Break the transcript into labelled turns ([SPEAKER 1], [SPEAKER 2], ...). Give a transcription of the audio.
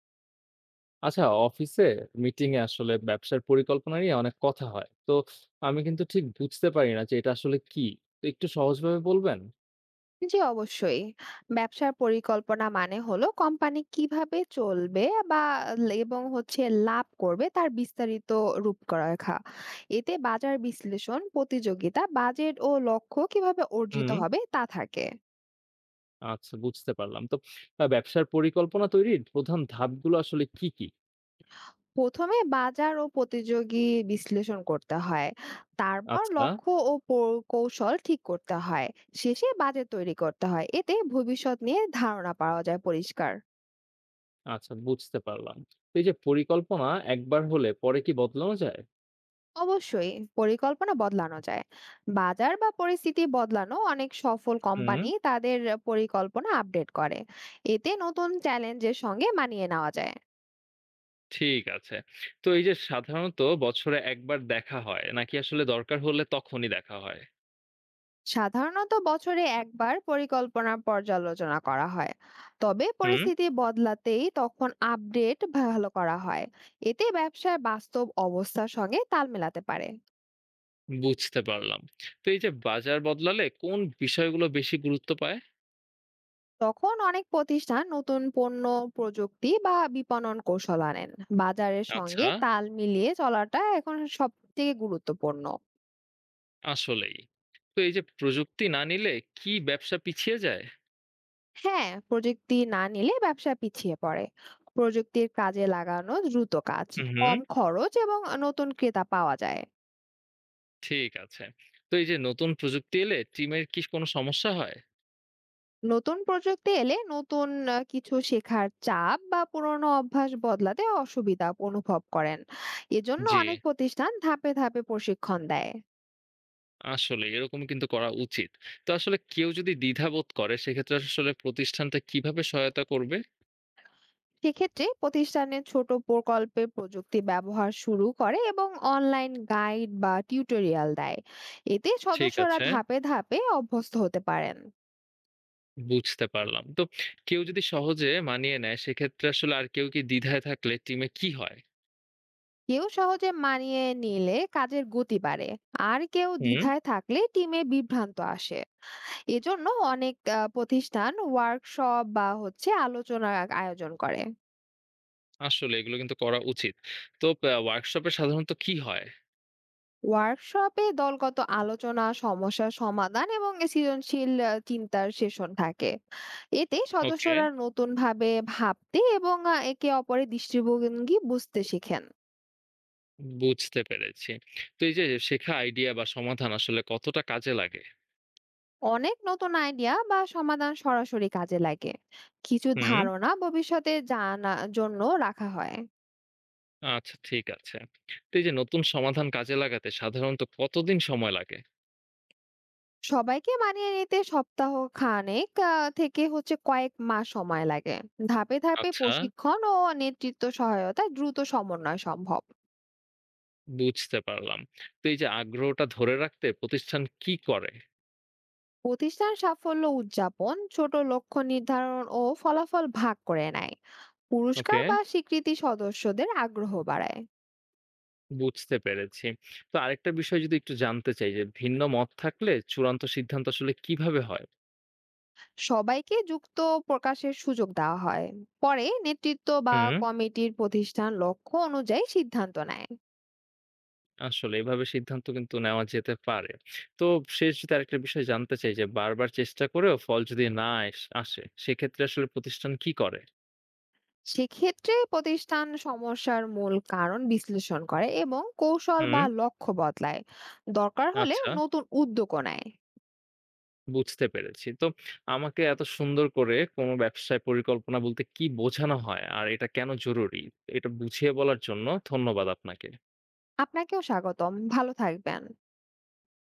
[SPEAKER 1] আচ্ছা, অফিসে মিটিং এ আসলে ব্যবসার পরিকল্পনা নিয়ে অনেক কথা হয়, তো আমি কিন্তু ঠিক বুঝতে পারি না যে এটা আসলে কি। তো একটু সহজভাবে বলবেন।
[SPEAKER 2] জি অবশ্যই। ব্যবসার পরিকল্পনা মানে হলো কোম্পানি কিভাবে চলবে বা ল- এবং হচ্ছে লাভ করবে তার বিস্তারিত রূপরেখা। এতে বাজার বিশ্লেষণ, প্রতিযোগিতা, বাজেট ও লক্ষ্য কিভাবে অর্জিত
[SPEAKER 1] হুম,
[SPEAKER 2] হবে তা থাকে।
[SPEAKER 1] আচ্ছা বুঝতে পারলাম। তো ব্যবসার পরিকল্পনা তৈরির প্রধান ধাপগুলো আসলে কি কি?
[SPEAKER 2] প্রথমে বাজার ও প্রতিযোগী বিশ্লেষণ করতে হয়, তারপর
[SPEAKER 1] আচ্ছা।
[SPEAKER 2] লক্ষ্য ও কৌশল ঠিক করতে হয়। শেষে বাজেট তৈরি করতে হয়, এতে ভবিষ্যৎ নিয়ে ধারণা পাওয়া যায় পরিষ্কার।
[SPEAKER 1] আচ্ছা, বুঝতে পারলাম। তো এই যে পরিকল্পনা একবার হলে পরে কি বদলানো যায়?
[SPEAKER 2] অবশ্যই পরিকল্পনা বদলানো যায়। বাজার বা পরিস্থিতি বদলানো অনেক সফল
[SPEAKER 1] হুম।
[SPEAKER 2] কোম্পানি তাদের পরিকল্পনা আপডেট করে। এতে নতুন চ্যালেঞ্জের সঙ্গে মানিয়ে নেওয়া যায়।
[SPEAKER 1] ঠিক আছে। তো এই যে সাধারণত বছরে একবার দেখা হয় নাকি আসলে দরকার হলে তখনই দেখা হয়?
[SPEAKER 2] সাধারণত বছরে একবার পরিকল্পনা পর্যালোচনা করা হয়, তবে
[SPEAKER 1] হুম,
[SPEAKER 2] পরিস্থিতি বদলাতেই তখন আপডেট ভালো করা হয়। এতে ব্যবসার বাস্তব অবস্থার সঙ্গে তাল মেলাতে পারে।
[SPEAKER 1] বুঝতে পারলাম। তো এই যে বাজার বদলালে কোন বিষয়গুলো বেশি গুরুত্ব পায়?
[SPEAKER 2] তখন অনেক প্রতিষ্ঠান নতুন পণ্য, প্রযুক্তি বা বিপণন কৌশল আনেন। বাজারের সঙ্গে
[SPEAKER 1] আচ্ছা,
[SPEAKER 2] তাল মিলিয়ে চলাটা এখন সব থেকে গুরুত্বপূর্ণ।
[SPEAKER 1] আসলেই। তো এই যে প্রযুক্তি না নিলে কি ব্যবসা পিছিয়ে যায়?
[SPEAKER 2] হ্যাঁ, প্রযুক্তি না নিলে ব্যবসা পিছিয়ে পড়ে। প্রযুক্তির কাজে লাগানো দ্রুত কাজ,
[SPEAKER 1] হুম, হুম,
[SPEAKER 2] কম খরচ এবং নতুন ক্রেতা পাওয়া যায়।
[SPEAKER 1] ঠিক আছে। তো এই যে নতুন প্রযুক্তি এলে টিমের কি কোনো সমস্যা হয়?
[SPEAKER 2] নতুন প্রযুক্তি এলে নতুন কিছু শেখার চাপ বা পুরনো অভ্যাস বদলাতে অসুবিধা অনুভব করেন। এজন্য
[SPEAKER 1] জি,
[SPEAKER 2] অনেক প্রতিষ্ঠান ধাপে ধাপে প্রশিক্ষণ দেয়।
[SPEAKER 1] আসলে এরকম কিন্তু করা উচিত। তো আসলে কেউ যদি দ্বিধাবোধ করে সেক্ষেত্রে আসলে প্রতিষ্ঠানটা কিভাবে সহায়তা করবে?
[SPEAKER 2] সেক্ষেত্রে প্রতিষ্ঠানে ছোট প্রকল্পে প্রযুক্তি ব্যবহার শুরু করে এবং অনলাইন গাইড বা টিউটোরিয়াল দেয়। এতে
[SPEAKER 1] ঠিক
[SPEAKER 2] সদস্যরা
[SPEAKER 1] আছে,
[SPEAKER 2] ধাপে ধাপে অভ্যস্ত হতে পারেন।
[SPEAKER 1] বুঝতে পারলাম। তো কেউ যদি সহজে মানিয়ে নেয় সেক্ষেত্রে আসলে আর কেউ কি দ্বিধায় থাকলে টিমে কি হয়?
[SPEAKER 2] কেউ সহজে মানিয়ে নিলে কাজের গতি বাড়ে, আর কেউ
[SPEAKER 1] হুম।
[SPEAKER 2] দ্বিধায় থাকলে টিমে বিভ্রান্ত আসে। এজন্য অনেক প্রতিষ্ঠান ওয়ার্কশপ বা আলোচনার আয়োজন করে।
[SPEAKER 1] আসলে এগুলো কিন্তু করা উচিত। তো ওয়ার্কশপে সাধারণত কি হয়?
[SPEAKER 2] ওয়ার্কশপে দলগত আলোচনা, সমস্যার সমাধান এবং সৃজনশীল চিন্তার সেশন থাকে। এতে
[SPEAKER 1] ওকে,
[SPEAKER 2] সদস্যরা নতুন ভাবে ভাবতে এবং একে অপরের দৃষ্টিভঙ্গি বুঝতে শিখেন।
[SPEAKER 1] বুঝতে পেরেছি। তো এই যে শেখা আইডিয়া বা সমাধান আসলে কতটা কাজে লাগে?
[SPEAKER 2] অনেক নতুন আইডিয়া বা সমাধান সরাসরি কাজে লাগে, কিছু
[SPEAKER 1] হুম,
[SPEAKER 2] ধারণা ভবিষ্যতে জানা জন্য রাখা হয়।
[SPEAKER 1] আচ্ছা, ঠিক আছে। তো এই যে নতুন সমাধান কাজে লাগাতে সাধারণত কতদিন সময় লাগে?
[SPEAKER 2] সবাইকে মানিয়ে নিতে সপ্তাহ খানেক থেকে কয়েক মাস সময় লাগে। ধাপে ধাপে
[SPEAKER 1] আচ্ছা,
[SPEAKER 2] প্রশিক্ষণ ও নেতৃত্ব সহায়তা দ্রুত সমন্বয় সম্ভব।
[SPEAKER 1] বুঝতে পারলাম। তো এই যে আগ্রহটা ধরে রাখতে প্রতিষ্ঠান কি করে?
[SPEAKER 2] প্রতিষ্ঠান সাফল্য উদযাপন, ছোট লক্ষ্য নির্ধারণ ও ফলাফল ভাগ করে নেয়। পুরস্কার
[SPEAKER 1] ওকে,
[SPEAKER 2] বা স্বীকৃতি সদস্যদের আগ্রহ বাড়ায়।
[SPEAKER 1] বুঝতে পেরেছি। তো আরেকটা বিষয় যদি একটু জানতে চাই যে ভিন্ন মত থাকলে চূড়ান্ত সিদ্ধান্ত আসলে কিভাবে হয়?
[SPEAKER 2] সবাইকে যুক্ত প্রকাশের সুযোগ দেওয়া হয়, পরে নেতৃত্ব বা
[SPEAKER 1] হুম।
[SPEAKER 2] কমিটির প্রতিষ্ঠান লক্ষ্য অনুযায়ী সিদ্ধান্ত নেয়।
[SPEAKER 1] আসলে এভাবে সিদ্ধান্ত কিন্তু নেওয়া যেতে পারে। তো শেষ যদি আরেকটা বিষয় জানতে চাই যে বারবার চেষ্টা করেও ফল যদি না আসে সেক্ষেত্রে আসলে প্রতিষ্ঠান কি করে?
[SPEAKER 2] সেক্ষেত্রে প্রতিষ্ঠান সমস্যার মূল কারণ বিশ্লেষণ করে এবং কৌশল বা
[SPEAKER 1] হুম,
[SPEAKER 2] লক্ষ্য বদলায়। দরকার হলে
[SPEAKER 1] আচ্ছা,
[SPEAKER 2] নতুন উদ্যোগও নেয়।
[SPEAKER 1] বুঝতে পেরেছি। তো আমাকে এত সুন্দর করে কোন ব্যবসায় পরিকল্পনা বলতে কি বোঝানো হয় আর এটা কেন জরুরি, এটা বুঝিয়ে বলার জন্য ধন্যবাদ আপনাকে।
[SPEAKER 2] আপনাকেও স্বাগতম, ভালো থাকবেন।